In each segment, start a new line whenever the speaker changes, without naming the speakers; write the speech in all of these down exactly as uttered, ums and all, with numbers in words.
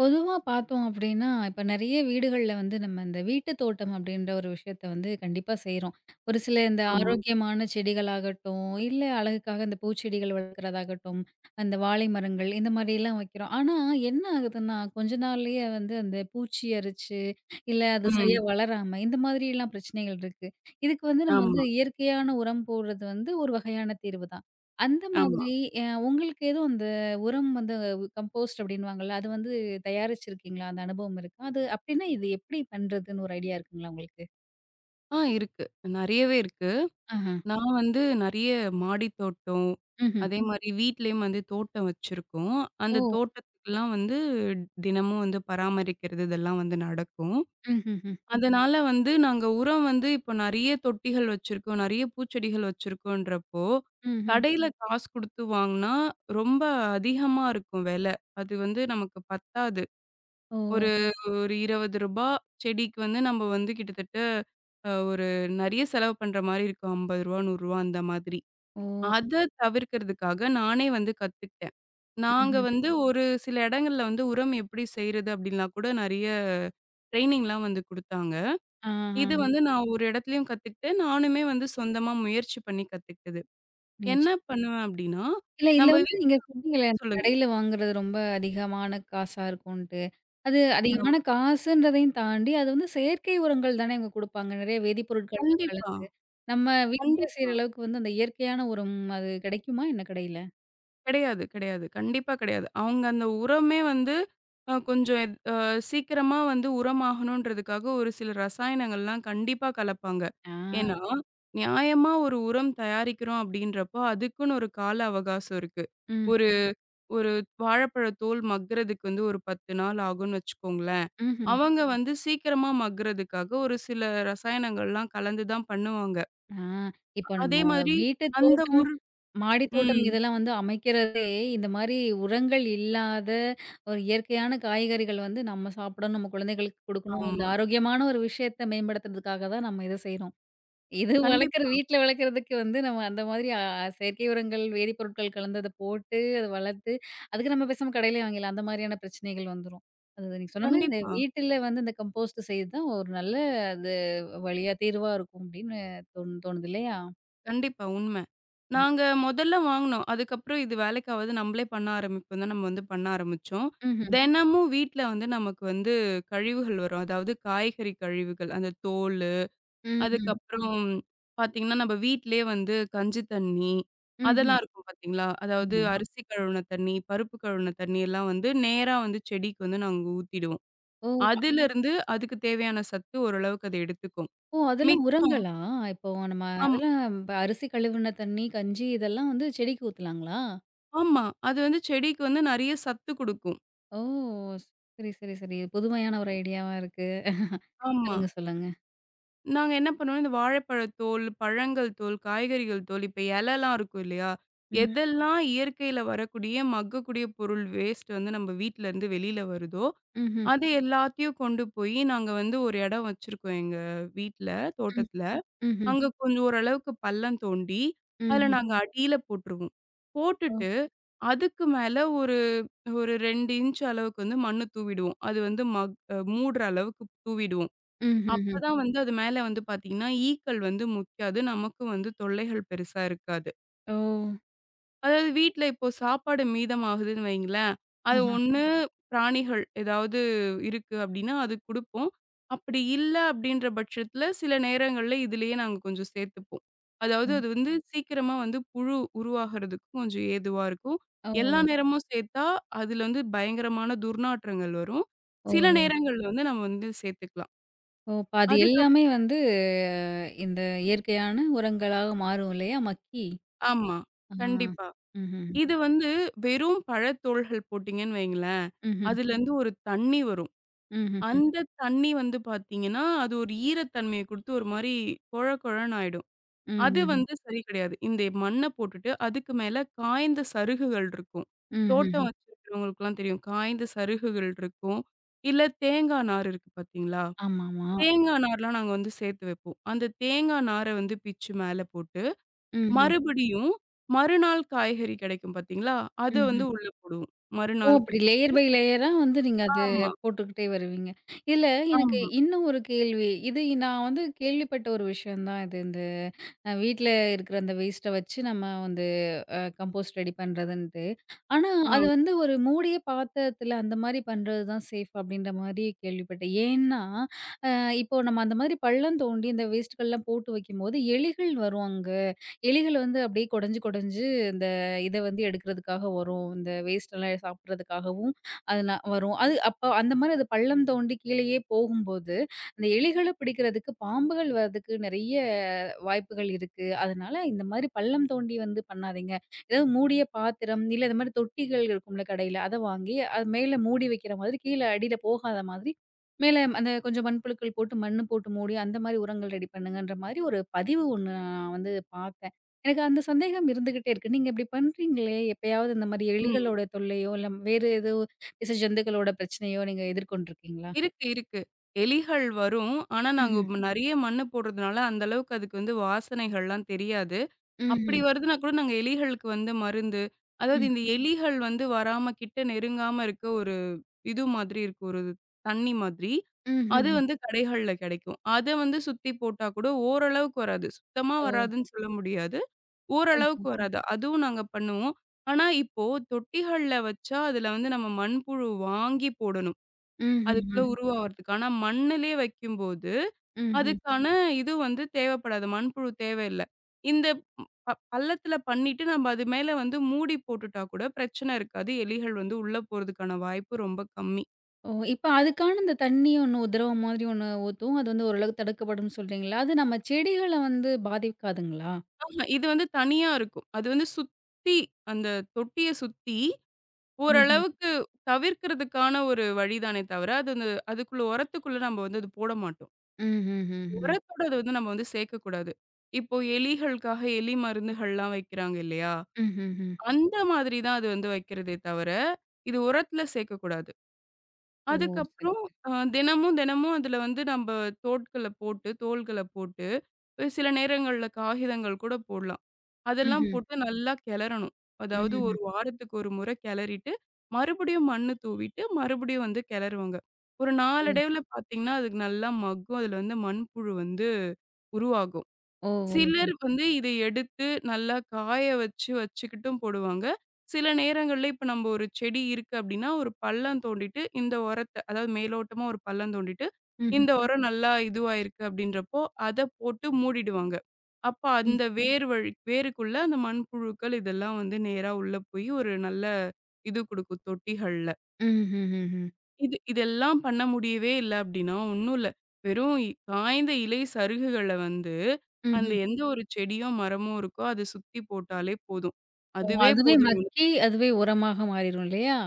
பொதுவா பார்த்தோம் அப்படின்னா, இப்ப நெறைய வீடுகள்ல வந்து நம்ம இந்த வீட்டு தோட்டம் அப்படின்ற ஒரு விஷயத்த வந்து கண்டிப்பா செய்றோம். ஒரு சில இந்த
ஆமா.
ஆரோக்கியமான செடிகளாகட்டும், இல்ல அழகுக்காக இந்த பூச்செடிகள் வளர்க்கிறதாகட்டும், அந்த வாழை மரங்கள் இந்த மாரிலாம் வைக்கிறோம். ஆனா என்ன ஆகுதுன்னா, கொஞ்ச நாள்லயே வந்து அந்த பூச்சி அரிச்சு இல்ல அது சரியா
ம்.
வளராம, இந்த மாதிரிலாம் பிரச்சனைகள் இருக்கு. இதுக்கு வந்து நம்ம வந்து
ஆமா,
இயற்கையான உரம் போடுறது வந்து ஒரு வகையான தீர்வு தான். அந்த
ஆமா.
மாதிரி அ உங்களுக்கு எதுவும் அந்த உரம் வந்து கம்போஸ்ட் அப்டின்னுவாங்கல்ல, அது வந்து தயாரிச்சிருக்கீங்களா? அந்த அனுபவம் இருக்கா? அது அப்டின்னா இது எப்படி பண்றதுன்னு ஒரு ஐடியா இருக்குங்களா உங்களுக்கு?
ஆ இருக்கு. நெறையவே இருக்கு.
ஆஹா.
நான் வந்து நெறைய மாடி தோட்டம்,
ம்ஹ்ம்.
அதே மாரி வீட்லயும் வந்து தோட்டம் வச்சிருக்கோம். அந்த
ஓ!
தோட்டத்துக்குலாம் வந்து தினமும் வந்து பராமரிக்கிறது இதெல்லாம் வந்து நடக்கும்.
ம்ஹ்ஹ்ம்.
அதனால வந்து நாங்க உரம் வந்து இப்போ நெறைய தொட்டிகள் வச்சிருக்கோம், நெறைய பூச்செடிகள் வச்சிருக்கோன்றப்போ,
ம்ஹ்ம்.
கடையில காசு குடுத்து வாங்குனா ரொம்ப அதிகமா இருக்கும் வெல. அது வந்து நமக்கு பத்தாது.
ஓ!
ஒரு ஒரு ரூ. இருபது செடிக்கு வந்து நம்ம வந்து கிட்டத்தட்ட அ ஒரு நெறைய செலவு பண்ற மாரி இருக்கும். ரூ. ஐம்பது ரூ. நூறு அந்த மாதிரி.
ஓ!
அத தவிர்க்கிறதுக்காக நானே வந்து கத்துக்கிட்டேன். நாங்க
ம்ஹ்ம்.
வந்து ஒரு சில இடங்கள்ல வந்து உரம் எப்படி செய்றது அப்படின்லாம் கூட நெறைய ட்ரெய்னிங்லாம் வந்து குடுத்தாங்க.
ஆஹா.
இது வந்து நான் ஒரு இடத்துலயும் கத்துக்கிட்டேன். நானுமே வந்து சொந்தமா முயற்சி பண்ணி கத்துக்கிட்டது. என்ன
நிச்ச
பண்ணுவேன் அப்படின்னா,
இல்ல இதுல
நம்ம
வந்து
வீட்
நீங்க சொன்னீங்கல்ல, அந்த
சொல்லுங்க.
கடையில வாங்குறது ரொம்ப அதிகமான காசா இருக்கும்ன்ட்டு. அது
ஆமா.
அதிகமான காசுன்றதையும் தாண்டி, அது வந்து செயற்கை உரங்கள் தானே அங்க குடுப்பாங்க. நெறைய வேதிப்பொருட்கள்லாம்
கண்டிப்பா,
கலந்து. நம்ம வீட்ல செய்ற
கண்டிப்பா.
அளவுக்கு வந்து அந்த இயற்கையான உரம் அது கிடைக்குமா என்ன கடையில?
கிடையாது, கிடையாது. கண்டிப்பா கிடையாது. அவங்க அந்த உரமே வந்து அ கொஞ்சம் எத் அ சீக்கிரமா வந்து உரமாகணுன்றதுக்காக ஒரு சில ரசாயனங்கள்லாம் கண்டிப்பா கலப்பாங்க. ஏன்னா,
ஆ.
நியாயமா ஒரு உரம் தயாரிக்கிறோம் அப்படின்றப்போ, அதுக்குன்னு ஒரு கால அவகாசம் இருக்கு. ஒரு
ம்.
ஒரு வாழைப்பழ தோல் மக்குறதுக்கு வந்து ஒரு பத்து நாள் ஆகும்னு வச்சுக்கோங்களேன்.
ம்ஹ்ம்.
அவங்க வந்து சீக்கிரமா மக்குறதுக்காக ஒரு சில ரசாயனங்கள்லாம் கலந்து தான் பண்ணுவாங்க.
ஆ, இப்ப நம்ம
அதே மாதிரி
வீட்டு
அந்த
தோட்டம்,
ஒரு
மாடி தோட்டம்
ம்.
இதெல்லாம் வந்து அமைக்கிறதே, இந்த மாரி உரங்கள் இல்லாத ஒரு இயற்கையான காய்கறிகள் வந்து நம்ம சாப்பிடணும், நம்ம குழந்தைகளுக்கு குடுக்கணும். இந்த
ஆமா.
ஆரோக்கியமான ஒரு விஷயத்த மேம்படுத்துறதுக்காக தான் நம்ம இத செய்றோம். இது வளர்க்குற
கண்டிப்பா,
வீட்ல வளர்க்குறதுக்கு வந்து நம்ம அந்த மாதிரி அ செயற்கை உரங்கள், வேதிப்பொருட்கள் கலந்தத போட்டு அத வளர்த்து, அதுக்கு நம்ம பேசாம கடையிலயே வாங்கிடலாம். அந்த மாதிரியான பிரச்சனைகள் வந்துரும். அது நீங்க சொன்ன மாதிரி இந்த
கண்டிப்பா.
வீட்டில வந்து இந்த கம்போஸ்ட் செய்றது தான் ஒரு நல்ல அது வழியா தீர்வா இருக்கும் அப்படின்னு தோணு தோணுது இல்லையா?
கண்டிப்பா உண்மை. நாங்க முதல்ல வாங்குனோம். அதுக்கப்புறம் இது வேலைக்காவது நம்மளே பண்ண ஆரம்பிப்போம் தான் நம்ம வந்து பண்ண ஆரம்பிச்சோம்.
ம்ஹ்ம்.
தினமும் வீட்ல வந்து நமக்கு வந்து கழிவுகள் வரும். அதாவது காய்கறி கழிவுகள். அந்த தோலு,
ம்ஹ்ம்.
அதுக்கப்புறம் பார்த்தீங்கன்னா, நம்ம வீட்லயே வந்து கஞ்சி தண்ணி,
ம்ஹ்ம்.
அதெல்லாம் இருக்கும் பார்த்தீங்களா? அதாவது
ஆமா.
அரிசி கழுவுன தண்ணி, பருப்பு கழுவுன தண்ணி எல்லாம் வந்து நேரா வந்து செடிக்கு வந்து நாங்க ஊத்திடுவோம்.
ஓ!
அதிலிருந்து அதுக்கு தேவையான சத்து ஓரளவுக்கு அது எடுத்துக்கும்.
ஓ! அதெல்லாம்
மிச்சம்
உரங்களா? இப்போ நம்ம
ஆமா.
அதெல்லாம் இப்ப அரிசி கழுவுன தண்ணி, கஞ்சி இதெல்லாம் வந்து செடிக்கு ஊத்தலாங்களா?
ஆமா. அது வந்து செடிக்கு வந்து நெறைய சத்து குடுக்கும்.
ஓ! சரி, சரி, சரி. புதுமையான ஒரு ஐடியாவா இருக்கு.
ஆமா.
சொல்லுங்க, சொல்லுங்க.
நாங்க என்ன பண்ணுவோம், இந்த வாழைப்பழத் தோல், பழங்கள் தோல், காய்கறிகள் தோல், இப்ப இலைலாம் இருக்கும் இல்லையா?
హ్మ్.
எதெல்லாம் இயற்கையில வரக்கூடிய, மக்கக்கூடிய பொருள் வேஸ்ட் வந்து நம்ம வீட்லருந்து வெளில வருதோ,
హుహు.
அது எல்லாத்தையும் கொண்டு போயி நாங்க வந்து ஒரு இடம் வச்சிருக்கோம் எங்க வீட்ல,
హ్మ్.
தோட்டத்துல.
హుహు.
அங்க கொஞ்சம் ஓரளவுக்கு பள்ளம் தோண்டி, அதுல
హుహు.
நாங்க அடியில போட்டுருவோம்.
ஓ!
போட்டுட்டு அதுக்கு மேல ஒரு ஒரு இரண்டு இன்ச் அளவுக்கு வந்து மண்ணு தூவிடுவோம். அது வந்து மக் அ மூடுற அளவுக்கு தூவிடுவோம்.
ம்ஹ்ஹ்ம்.
அப்பதான் ம். வந்து அது மேல வந்து பாத்தீங்கன்னா, ஈக்கள் வந்து முக்காது. நமக்கும் வந்து தொல்லைகள் பெருசா இருக்காது.
ஓ!
அதாவது வீட்ல இப்போ சாப்பாடு மீதமாகுதுன்னு வைங்களேன், அது
ஆஹா.
ஒண்ணு பிராணிகள் ஏதாவது இருக்கு அப்டின்னா, அதுக்கு குடுப்போம். அப்படி இல்ல அப்படின்ற பட்சத்தில, சில நேரங்கள்ல இதிலேயே நாங்க கொஞ்சம் சேர்த்துப்போம்.
ஓ.
அதாவது அது வந்து சீக்கிரமா வந்து புழு உருவாகுறதுக்கு கொஞ்சம் ஏதுவா இருக்கும்.
ஓ!
எல்லா நேரமும் சேர்த்தா, அதில வந்து பயங்கரமான துர்நாற்றங்கள் வரும். சில
ஓஹோ!
நேரங்கள்ல வந்து நம்ம வந்து சேர்த்துக்கலாம்.
ஓ! பாதி
அதுக்கப்
எல்லாமே வந்து இந்த இயற்கையான உரங்களாக மாறும் இல்லையா? மக்கி.
ஆமா,
ஆ.
கண்டிப்பா.
ம்ஹ்ம்.
இது வந்து வெறும் பழத்தோள்கள் போட்டீங்கன்னு வைங்களேன்,
ம்ஹ்ம்.
அதுலேருந்து ஒரு தண்ணி வரும்.
ம்ஹ்ஹ்ம்.
அந்த தண்ணி வந்து பார்த்தீங்கன்னா, அது ஒரு ஈரத்தன்மைய குடுத்து ஒரு மாரி கொழ கொழன்னு ஆயிடும். அது
ம்ஹ்ஹ்ம்.
வந்து சரி கிடையாது. இந்த மண்ண போட்டுட்டு அதுக்கு மேல காய்ந்த சருகுகள் இருக்கும். தோட்டம்
ம்ஹ்ஹ்ம்.
ம். வச்சிருக்கிறவங்களுக்குலாம் தெரியும். காய்ந்த சருகுகள் இருக்கும். இல்ல தேங்கா நார் இருக்கு பார்த்தீங்களா?
ஆமாமா.
தேங்கா நார்லாம் நாங்க வந்து சேர்த்து வைப்போம். அந்த தேங்கா நார வந்து பிச்சு மேல போட்டு,
ம்ஹ்ம்.
மறுபடியும் மறுநாள் காய்கறி கிடைக்கும் பார்த்தீங்களா? அத வந்து
ம்ஹ்ம்.
உள்ள போடுவோம்.
ஓ!
மறுநாள்
அப்படி
கிப்
லேயர் பை லேயரா வந்து நீங்க அது
ஆமா,
போட்டுக்கிட்டே வருவீங்க. இதுல எனக்கு
ஆமா.
இன்னும் ஒரு கேள்வி. இது நான் வந்து கேள்விப்பட்ட ஒரு விஷயம் தான் இது. இந்த அ வீட்ல இருக்கிற அந்த வேஸ்ட்ட வச்சு நம்ம வந்து அ கம்போஸ்ட் ரெடி பண்றதுன்ட்டு. ஆனா,
அ.
அது ம். வந்து ஒரு மூடிய பாத்திரத்துல அந்த மாரி பண்றது தான் சேஃப் அப்டின்ற மாரி கேள்விப்பட்டேன். ஏன்னா, அ இப்போ நம்ம அந்த மாதிரி பள்ளம் தோண்டி இந்த வேஸ்ட்கள்லாம் போட்டு வைக்கும்போது எலிகள் வரும் அங்க. எலிகள் வந்து அப்படியே கொடைஞ்சு கொடைஞ்சு இந்த இத வந்து எடுக்கிறதுக்காக வரும். இந்த வேஸ்ட்டெல்லாம் சாப்பிடுறதுக்காகவும் அது ந வரும். அது அப்போ அந்த மாரி அது பள்ளம் தோண்டி கீழேயே போகும்போது, அந்த எலிகள பிடிக்கிறதுக்கு பாம்புகள் வர்றதுக்கு நெறைய வாய்ப்புகள் இருக்கு. அதனால இந்த மாரி பள்ளம் தோண்டி வந்து பண்ணாதீங்க. ஏதாவது மூடிய பாத்திரம், இல்ல இந்த மாரி தொட்டிகள் இருக்கும்ல கடையில, அத வாங்கி அது மேல மூடி வைக்கிற மாதிரி, கீழ அடியில போகாத மாதிரி, மேல அந்த கொஞ்சம் மண்புழுக்கள் போட்டு, மண்ணு போட்டு மூடி, அந்த மாரி உரங்கள் ரெடி பண்ணுங்கன்ற மாரி ஒரு பதிவு ஒண்ணு நான் வந்து பார்த்தேன். எனக்கு அந்த சந்தேகம் இருந்துகிட்டே இருக்கு. நீங்க இப்டி பண்றீங்களே, எப்பயாவது இந்த மாரி
ம்.
எலிகளோட தொல்லையோ, இல்ல வேறு ஏதோ விச ஜந்துக்களோட பிரச்சனையோ நீங்க எதிர்கொண்டிருக்கீங்களா?
இருக்கு, இருக்கு. எலிகள் வரும். ஆனா, நாங்க
ம்ஹ்ம்.
ம். நெறைய மண்ணு போடுறதுனால, அந்த அளவுக்கு அதுக்கு வந்து வாசனைகள்லாம் தெரியாது. அப்படி
ம்ஹ்ம்.
வருதுன்னா கூட நாங்க எலிகளுக்கு வந்து மருந்து அதாவது
ம்.
இந்த எலிகள் வந்து வராம, கிட்ட நெருங்காம இருக்க ஒரு இது மாதிரி இருக்கும். ஒரு தண்ணி மாதிரி. அது
ம்ஹ்ஹ்ம்.
வந்து கடைகள்ல கெடைக்கும். அத வந்து சுத்தி போட்டா கூட ஓரளவுக்கு வராது. சுத்தமா
ஓ!
வராதுன்னு சொல்ல முடியாது.
ஓஹோ!
ஓரளவுக்கு ம். வராது. அதுவும் நாங்க பண்ணுவோம். ஆனா, இப்போ தொட்டிகள்ல வச்சா, அதுல வந்து நம்ம மண்புழு வாங்கி போடணும். அதுக்குள்ள
ம்ஹ்ஹ்ம்.
ம். உருவாவறதுக்கு. ஆனா மண்ணுலயே வைக்கும்போது,
ம்ஹ்ம்.
அதுக்கான ம். இது வந்து தேவைப்படாது. மண்புழு தேவையில்ல. இந்த ப பள்ளத்தில பண்ணிட்டு நம்ம அது மேல வந்து மூடி போட்டுட்டா கூட பிரச்சனை இருக்காது. எலிகள் வந்து உள்ள போறதுக்கான வாய்ப்பு ரொம்ப கம்மி.
ஓ! இப்ப அதுக்கான இந்த தண்ணி ஒண்ணு உதிரவம் மாதிரி ஒண்ணு ஊத்தும். அது வந்து ஓரளவுக்கு தடுக்கப்படும்னு சொல்றீங்களா? அது நம்ம செடிகள வந்து பாதிக்காதுங்களா?
ஆஹா, இது வந்து தனியா இருக்கும். அது வந்து சுத்தி அந்த தொட்டிய சுத்தி
ம்ஹ்ம்.
ஓரளவுக்கு தவிர்க்கிறதுக்கான ஒரு வழிதானே தவிர, அது அந்த அதுக்குள்ள உரத்துக்குள்ள நம்ம வந்து அது போட மாட்டோம்.
ம்ஹ்ஹ்ஹ்ம்.
உரத்தோட அது வந்து நம்ம வந்து சேர்க்கக்கூடாது. இப்போ எலிகளுக்காக எலி மருந்துகள்லாம் வைக்கிறாங்க இல்லையா?
ம்ஹ்ஹ்ம்.
அந்த மாதிரி தான் அது வந்து வைக்கிறதே தவிர, இது உரத்துல சேர்க்கக்கூடாது.
ஓ! சரி.
அதுக்கப்புறம் அ தினமும் தினமும் அதுல வந்து நம்ப தோட்கள போட்டு, தோள்கள போட்டு, அஹ் சில நேரங்கள்ல காகிதங்கள் கூட போடலாம். அதெல்லாம்
ம்ஹ்ம்.
போட்டு நல்லா கிளறணும். அதாவது
ம்ஹ்ஹ்ம்.
ஒரு வாரத்துக்கு ஒரு முறை கிளறிட்டு, மறுபடியும் மண்ணு தூவிட்டு, மறுபடியும் வந்து கிளறுவாங்க. ஒரு
ஓ!
நாளடைவுல பார்த்தீங்கன்னா, அதுக்கு நல்லா மக்கும். அதுல வந்து மண்புழு வந்து உருவாகும்.
ஓ! ஓஹோ!
சிலர் வந்து இத எடுத்து நல்லா காய வச்சு வச்சுக்கிட்டும் போடுவாங்க. சில நேரங்கள்ல இப்ப நம்ம ஒரு செடி இருக்கு அப்டின்னா, ஒரு பள்ளம் தோண்டிட்டு இந்த உரத்த அதாவது மேலோட்டமா ஒரு பள்ளம் தோண்டிட்டு,
ம்ஹ்ம்.
இந்த உரம் நல்லா இதுவாயிருக்கு அப்டின்றப்போ, அத போட்டு மூடிடுவாங்க. அப்ப
ம்.
அந்த வேர் வழி வேருக்குள்ள அந்த மண்புழுக்கள் இதெல்லாம் வந்து நேரா உள்ள போய் ஒரு நல்ல இது குடுக்கும் தொட்டிகள்ல.
ம்ஹ்ஹ்ஹ்ம்.
இது இதெல்லாம் பண்ண முடியவே இல்ல அப்படின்னா, ஒண்ணும் இல்ல. வெறும் இ காய்ந்த இலை சருகுகள வந்து, அந்த
ம்ஹ்ம்.
எந்த ஒரு செடியோ, மரமோ இருக்கோ, அத சுத்தி போட்டாலே போதும்.
ஓ!
அதுவே
அதுவே
போதும்.
மக்கி,
உனக்கு.
அதுவே உரமாக மாறிரும் இல்லையா?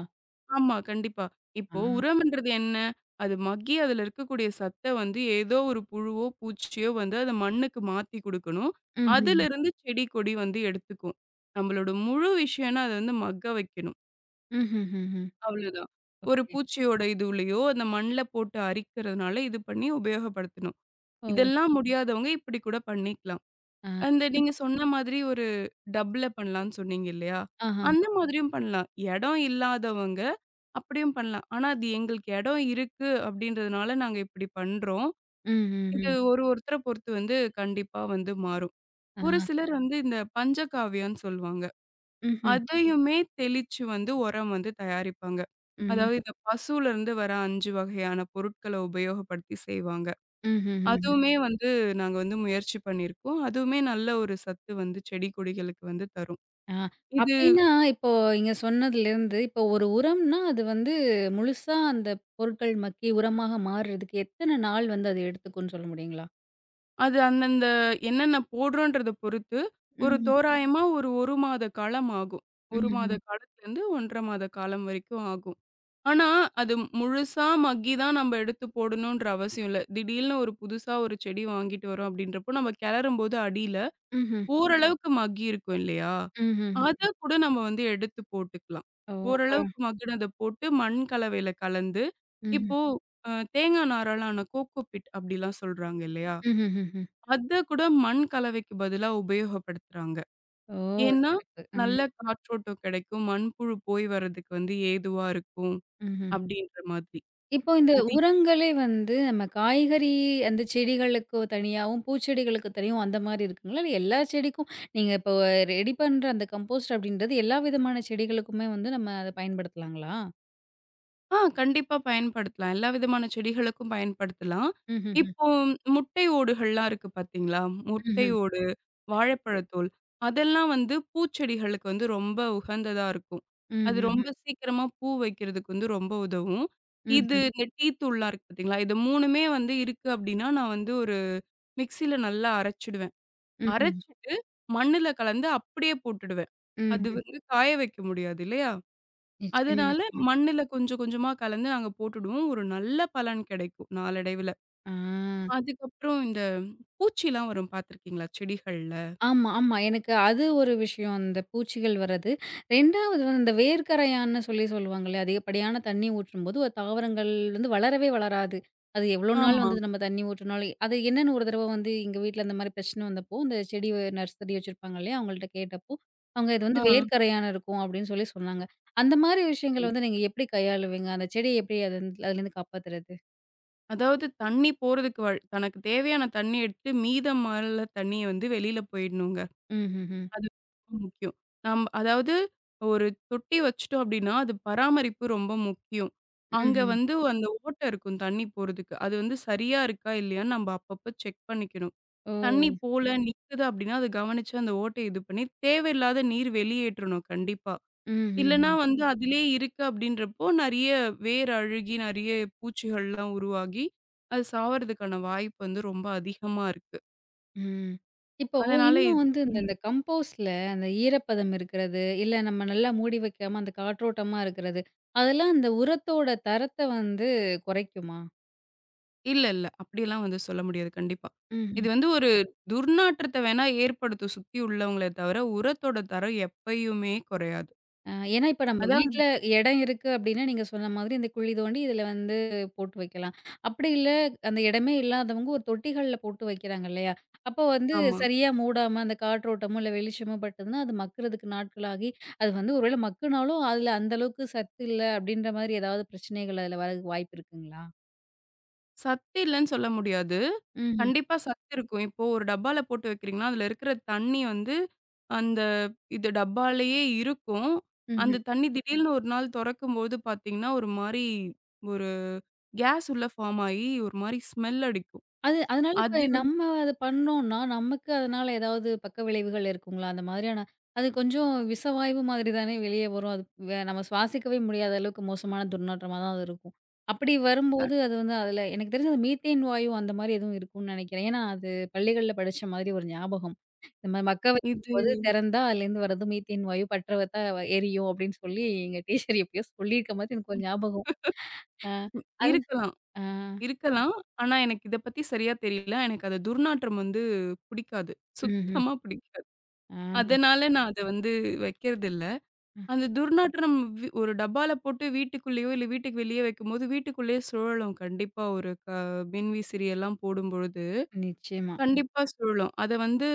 ஆமா, கண்டிப்பா.
ஆ.
இப்போ உரம்ன்றது என்ன? அது மக்கி அதுல இருக்கக்கூடிய சத்த வந்து ஏதோ ஒரு புழுவோ, பூச்சியோ வந்து அத மண்ணுக்கு மாத்தி குடுக்கணும்.
ம்ஹ்ஹ்ம்.
அதிலிருந்து செடி, கொடி வந்து எடுத்துக்கும். நம்மளோட முழு விஷயம்னா, அத வந்து மக்க வைக்கணும்.
ம்ஹ்ஹ்ஹ்ம்.
அவ்வளதான். ஒரு
ஓகே.
பூச்சியோட இதுவுலயோ, அந்த மண்ல போட்டு அரிக்கிறதுனால, இது பண்ணி உபயோகப்படுத்தணும்.
ஓ!
இதெல்லாம் முடியாதவங்க இப்படி கூட பண்ணிக்கலாம்.
ஆ.
அந்த நீங்க
இப்போ
சொன்ன மாதிரி ஒரு டப்ல பண்ணலான்னு சொன்னீங்க இல்லையா?
ஆஹா.
அந்த மாதிரியும் பண்ணலாம். இடம் இல்லாதவங்க அப்படியும் பண்ணலாம். ஆனா, அது எங்களுக்கு இடம் இருக்கு அப்படின்றதுனால நாங்க இப்படி பண்றோம். இது
ம்ஹ்ஹ்ம்.
ஒரு ஒருத்தர பொறுத்து வந்து கண்டிப்பா வந்து மாறும்.
ஆ.
ஒரு சிலர் வந்து இந்த பஞ்சகாவியம்ன்னு சொல்லுவாங்க.
ம்ஹ்ம்.
அதையுமே தெளிச்சு வந்து உரம் வந்து தயாரிப்பாங்க.
ம்.
அதாவது இந்த பசுலருந்து வர ஐந்து வகையான பொருட்கள உபயோகப்படுத்தி செய்வாங்க.
ம்ஹ்ஹ்ஹ்ம்.
அதுவுமே வந்து நாங்க வந்து முயற்சி பண்ணியிருக்கோம். அதுவுமே நல்ல ஒரு சத்து வந்து செடி கொடிகளுக்கு வந்து தரும்.
ஆ.
இது
அப்டின்னா, இப்போ இங்க சொன்னதுலேருந்து, இப்போ ஒரு உரம்னா, அது வந்து முழுசா அந்த பொருட்கள் மக்கி உரமாக மாறுறதுக்கு எத்தன நாள் வந்து அது எடுத்துக்கும்ன்னு சொல்ல முடியுங்களா?
அது அந்தந்த என்னென்ன போடுறோன்றத பொறுத்து ஒரு
ம்ஹ்ம்.
தோராயமா ஒரு 1 மாத காலம் ஆகும். ஒரு மாத
ம்ஹ்ம்.
காலத்துலருந்து ஒன்று அரை மாத காலம் வரைக்கும் ஆகும். ஆனா, அது முழுசா மக்கி தான் நம்ம எடுத்து போடணுன்ற அவசியம் இல்ல. திடீல்னு ஒரு புதுசா ஒரு செடி வாங்கிட்டு வரோம் அப்படின்றப்போ, நம்ம கெளரும்போது அடியில ம்.
ம்ஹ்ம்.
ஓரளவுக்கு மக்கி இருக்கும் இல்லையா?
ம்ஹ்ஹ்ம்.
அத கூட நம்ம வந்து எடுத்து போட்டுக்கலாம்.
ஓ! அப்ப
ஓரளவுக்கு மக்கினத போட்டு மண் கலவையில கலந்து,
ம்ஹ்ம்.
இப்போ அ தேங்கா நாரால ஆன கோகோ பிட் அப்படிலாம் சொல்றாங்க இல்லையா?
ம்ஹ்ஹ்ஹ்ம்.
அத கூட மண் கலவைக்கு பதிலா உபயோகப்படுத்துறாங்க.
ஓ!
ஏன்னா,
சிறப்பு.
நல்ல
ம்.
காற்றோட்டம் கெடைக்கும். மண்புழு போய் வர்றதுக்கு வந்து ஏதுவா இருக்கும்
ம்ஹ்ம்.
அப்படின்ற மாதிரி.
இப்போ இந்த
அது
உரங்களே வந்து நம்ம காய்கறி அந்த செடிகளுக்கு தனியாவும், பூச்செடிகளுக்கு தனியாவும் அந்த மாரி இருக்குங்களா? இல்ல எல்லா செடிக்கும் நீங்க இப்போ ரெடி பண்ற அந்த கம்போஸ்ட் அப்டின்றது எல்லா விதமான செடிகளுக்குமே வந்து நம்ம அத பயன்படுத்தலாங்களா?
ஆ கண்டிப்பா பயன்படுத்தலாம். எல்லா விதமான செடிகளுக்கும் பயன்படுத்தலாம்.
ம்ஹ்ஹ்ம்.
இப்போ முட்டை ஓடுகள்லாம் இருக்கு பார்த்தீங்களா? முட்டை
ம்ஹ்ம்.
ஓடு, வாழைப்பழத்தோல் அதெல்லாம் வந்து பூச்செடிகளுக்கு வந்து ரொம்ப உகந்ததா இருக்கும். அது
ம்ஹ்ஹ்ம்.
ரொம்ப ம். சீக்கிரமா பூ வைக்கிறதுக்கு வந்து ரொம்ப உதவும். இது
ம்ஹ்ம்.
இந்த டீ தூள்லாம் இருக்கு பார்த்தீங்களா? இது 3மே வந்து இருக்கு அப்டின்னா, நான் வந்து ஒரு மிக்ஸில நல்லா அரைச்சுடுவேன்.
ம்ஹ்ம்.
அரைச்சுட்டு மண்ணுல கலந்து அப்படியே போட்டுடுவேன். அது
ம்ஹ்ம்.
வந்து காய வைக்க முடியாது இல்லையா?
நிச்சயமா,
அதனால
நிச்சயமா.
மண்ணுல கொஞ்சம் கொஞ்சமா கலந்து நாங்க போட்டுடுவோம். ஒரு நல்ல பலன் கிடைக்கும் நாளடைவுல.
ஆ.
அதுக்கப்புறம் இந்த பூச்சிலாம் வரும் பார்த்துருக்கீங்களா செடிகள்ல?
ஆமா, ஆமா. எனக்கு அது ஒரு விஷயம். அந்த பூச்சிகள் வர்றது. ரெண்டாவது வந்து இந்த வேர்க்கரையான்னு சொல்லி சொல்லுவாங்கல்ல. அதிகப்படியான தண்ணி ஊற்றும்போது ஒரு தாவரங்கள் வந்து வளரவே வளராது. அது எவ்வளோ நாள்
ஆமா.
வந்து நம்ம தண்ணி ஊற்றினாலும் அது என்னன்னு ஒரு தடவ வந்து எங்க வீட்ல அந்த மாரி பிரச்சனை வந்தப்போ, இந்த செடி நர்சரி வச்சிருப்பாங்க இல்லையா? அவங்கள்ட்ட கேட்டப்போ, அவங்க இது
ஆ.
வந்து வேர்க்கரையான் இருக்கும் அப்படின்னு சொல்லி சொன்னாங்க. அந்த மாரி விஷயங்கள
தெரியும்.
வந்து நீங்க எப்படி கையாளுவீங்க? அந்த செடிய எப்படி அது அதுலேருந்து காப்பாத்துறது?
அதாவது தண்ணி போறதுக்கு வழ் தனக்கு தேவையான தண்ணி எடுத்து மீதம் உள்ள தண்ணிய வந்து வெளியில போயிடணுங்க.
ம்ஹ்ஹ்ம்.
அது ரொம்ப முக்கியம். நம் அதாவது ஒரு தொட்டி வச்சுட்டோம் அப்படின்னா, அது பராமரிப்பு ரொம்ப முக்கியம். அங்க
ம்ஹ்ம்.
வந்து அந்த ஓட்டை இருக்கும் தண்ணி போறதுக்கு. அது வந்து சரியா இருக்கா இல்லையான்னு நம்ம அப்பப்ப செக் பண்ணிக்கணும்.
ஓ!
தண்ணி போல நிக்குது அப்படின்னா, அத கவனிச்சு அந்த ஓட்டைய இது பண்ணி, தேவையில்லாத நீர் வெளியேற்றணும் கண்டிப்பா. இல்லன்னா
ம்ஹ்ஹ்ம்.
வந்து அதிலயே இருக்கு அப்படின்றப்போ, நெறைய வேர் அழுகி, நெறைய பூச்சிகள்லாம் உருவாகி, அது சாவறதுக்கான வாய்ப்பு வந்து ரொம்ப அதிகமா இருக்கு.
ம். இப்போ
அதனால இது
இன்னும் வந்து இந்த
ம்.
இந்த கம்போஸ்ட்ல அந்த ஈரப்பதம் இருக்கிறது, இல்ல நம்ம நல்லா மூடி வைக்காம அந்த காற்றோட்டமா இருக்கிறது, அதெல்லாம் அந்த உரத்தோட தரத்த வந்து குறைக்குமா?
இல்ல, இல்ல. அப்படியெல்லாம் வந்து சொல்ல முடியாது கண்டிப்பா.
ம்.
இது வந்து ஒரு துர்நாற்றத்த வேணா ஏற்படுத்தும் சுத்தி உள்ளவங்களே தவிர, உரத்தோட தரம் எப்பயுமே குறையாது.
அ ஏன்னா, இப்ப நம்ம
அதாவது
வீட்ல இடம் இருக்கு அப்டின்னா, நீங்க சொன்ன மாதிரி இந்த குழி தோண்டி இதுல வந்து போட்டு வைக்கலாம். அப்படி இல்ல அந்த இடமே இல்லாதவங்க ஒரு தொட்டிகள்ல போட்டு வைக்கிறாங்க இல்லையா? அப்போ வந்து
ஆமா.
சரியா மூடாம அந்த காற்றோட்டமோ, இல்ல வெளிச்சமோ பட்டதுன்னா, அது மக்குறதுக்கு நாட்களாகி, அது வந்து ஒரு வேள மக்குனாலும் அதுல அந்த அளவுக்கு சத்து இல்ல அப்டின்ற மாரி ஏதாவது பிரச்சனைகள் அதுல வர வாய்ப்பு இருக்குங்களா?
சத்து இல்லன்னு சொல்ல முடியாது.
ம்ஹ்ம்.
கண்டிப்பா சத்து இருக்கும். இப்போ ஒரு டப்பால போட்டு வைக்கிறீங்கன்னா, அதுல இருக்கிற தண்ணி வந்து அந்த இது டப்பாலயே இருக்கும்.
ம்ஹ்ம்.
அந்த தண்ணி திடீர்னு ஒரு நாள் தொறக்கும்போது பார்த்தீங்கன்னா, ஒரு மாரி ஒரு கேஸ் உள்ள ஃபார்ம் ஆயி, ஒரு மாரி ஸ்மெல் அடிக்கும்.
அது அதனால இப்ப
அது
நம்ம அத பண்ணோம்னா, நமக்கு அதனால ஏதாவது பக்க விளைவுகள் இருக்குங்களா? அந்த மாதிரியான அது கொஞ்சம் விசவாய்வு மாதிரி தானே வெளியே வரும். அது வே நம்ம சுவாசிக்கவே முடியாத அளவுக்கு மோசமான துர்நாற்றமா தான் அது இருக்கும். அப்படி
க-
வரும்போது அது வந்து அதில எனக்கு தெரிஞ்சு அது மீத்தேன் வாயு அந்த மாரி எதுவும் இருக்கும்னு நெனைக்கிறேன். ஏன்னா அது பள்ளிகள்ல படிச்ச மாதிரி ஒரு ஞாபகம். நம்ம மக்க
இது
வைக்கும்போது திறந்தா அதுலேருந்து வர்றது மீத்தேன் வாயு பற்ற வத்தா எரியும் அப்படின்னு சொல்லி எங்க டீச்சர் எப்பயோ சொல்லியிருக்க மாதிரி எனக்கு ஒரு ஞாபகம். ஆ அது
இருக்கலாம்
ஆ
இருக்கலாம். ஆனா எனக்கு இத பத்தி சரியா தெரியல. எனக்கு அது துர்நாற்றம் வந்து பிடிக்காது.
ம்ஹ்ம்.
சுத்தமா பிடிக்காது.
ஆ.
அதனால நான் அத வந்து வைக்கிறதில்ல.
அ
அந்த துர்நாற்றம் வி ஒரு டப்பால போட்டு வீட்டுக்குள்ளேயோ, இல்ல வீட்டுக்கு வெளியே வைக்கும்போது, வீட்டுக்குள்ளேயே சுழலும். கண்டிப்பா ஒரு க மின்விசிறி எல்லாம் போடும்பொழுது,
நிச்சயமா.
கண்டிப்பா சுழலும். அத வந்து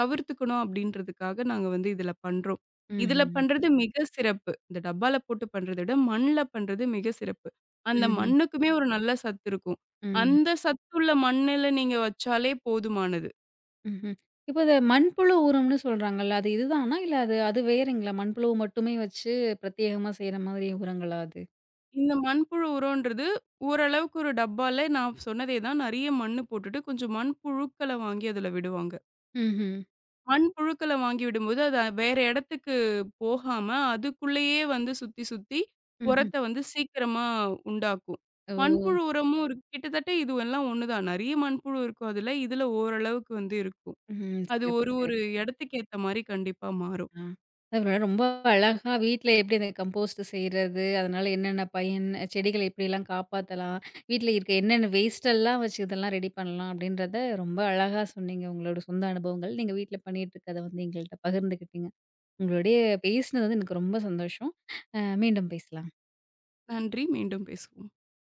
தவிர்த்துக்கணும் அப்படின்றதுக்காக நாங்க வந்து இதுல பண்றோம். இதுல
ம்ஹ்ம்.
பண்றது மிக சிறப்பு. இந்த டப்பால போட்டு பண்றத விட, மண்ல பண்றது மிக சிறப்பு. அந்த
ம்ஹ்ம்.
மண்ணுக்குமே ஒரு நல்ல சத்து இருக்கும்.
ம்ஹ்ம்.
அந்த சத்துள்ள மண்ணுல நீங்க வச்சாலே போதுமானது.
ம்ஹ்ம். இப்ப இந்த மண்புழு உரம்னு சொல்றாங்கல்ல. அது இதுதானா? இல்ல அது அது வேறங்களா? மண்புழு மட்டுமே வச்சு பிரத்யேகமா செய்ற மாதிரி உரங்களா அது?
இந்த மண்புழு உரம்ன்றது ஓரளவுக்கு ஒரு டப்பால நான் சொன்னதே தான் நெறைய மண்ணு போட்டுட்டு கொஞ்சம் மண்புழுக்கள வாங்கி அதுல விடுவாங்க.
ம்ஹ்ம்.
மண்புழுக்கள வாங்கி விடும்போது அது வேற இடத்துக்கு போகாம அதுக்குள்ளேயே வந்து சுத்தி சுத்தி
ம்ஹ்ம்.
உரத்த வந்து சீக்கிரமா உண்டாக்கும்.
ஓ!
மண்புழு உரமும் இருக்கு. கிட்டத்தட்ட இது எல்லாம் ஒண்ணுதான். நெறைய மண்புழு இருக்கும் அதுல. இதுல ஓரளவுக்கு வந்து இருக்கும்.
ம்.
அது
சிறப்பு,
ஒரு ஒரு
சிறப்பு.
இடத்துக்கு ஏத்த மாரி கண்டிப்பா மாறும்.
ஆ. அதவிட ரொம்ப அழகா வீட்ல எப்படி இந்த கம்போஸ்ட் செய்றது? அதனால என்னென்ன பயன்? செடிகள எப்படிலாம் காப்பாத்தலாம்? வீட்ல இருக்க என்னென்ன வேஸ்ட் எல்லாம் வச்சு இதெல்லாம் ரெடி பண்ணலாம்? அப்படின்றத ரொம்ப அழகா சொன்னீங்க. உங்களோட சொந்த அனுபவங்கள். நீங்க வீட்ல பண்ணிட்டு இருக்கத வந்து எங்கள்ட்ட பகிர்ந்துக்கிட்டீங்க. உங்களுடைய பேசினது வந்து எனக்கு ரொம்ப சந்தோஷம். அ மீண்டும் பேசலாம்.
நன்றி. மீண்டும் பேசுவோம்.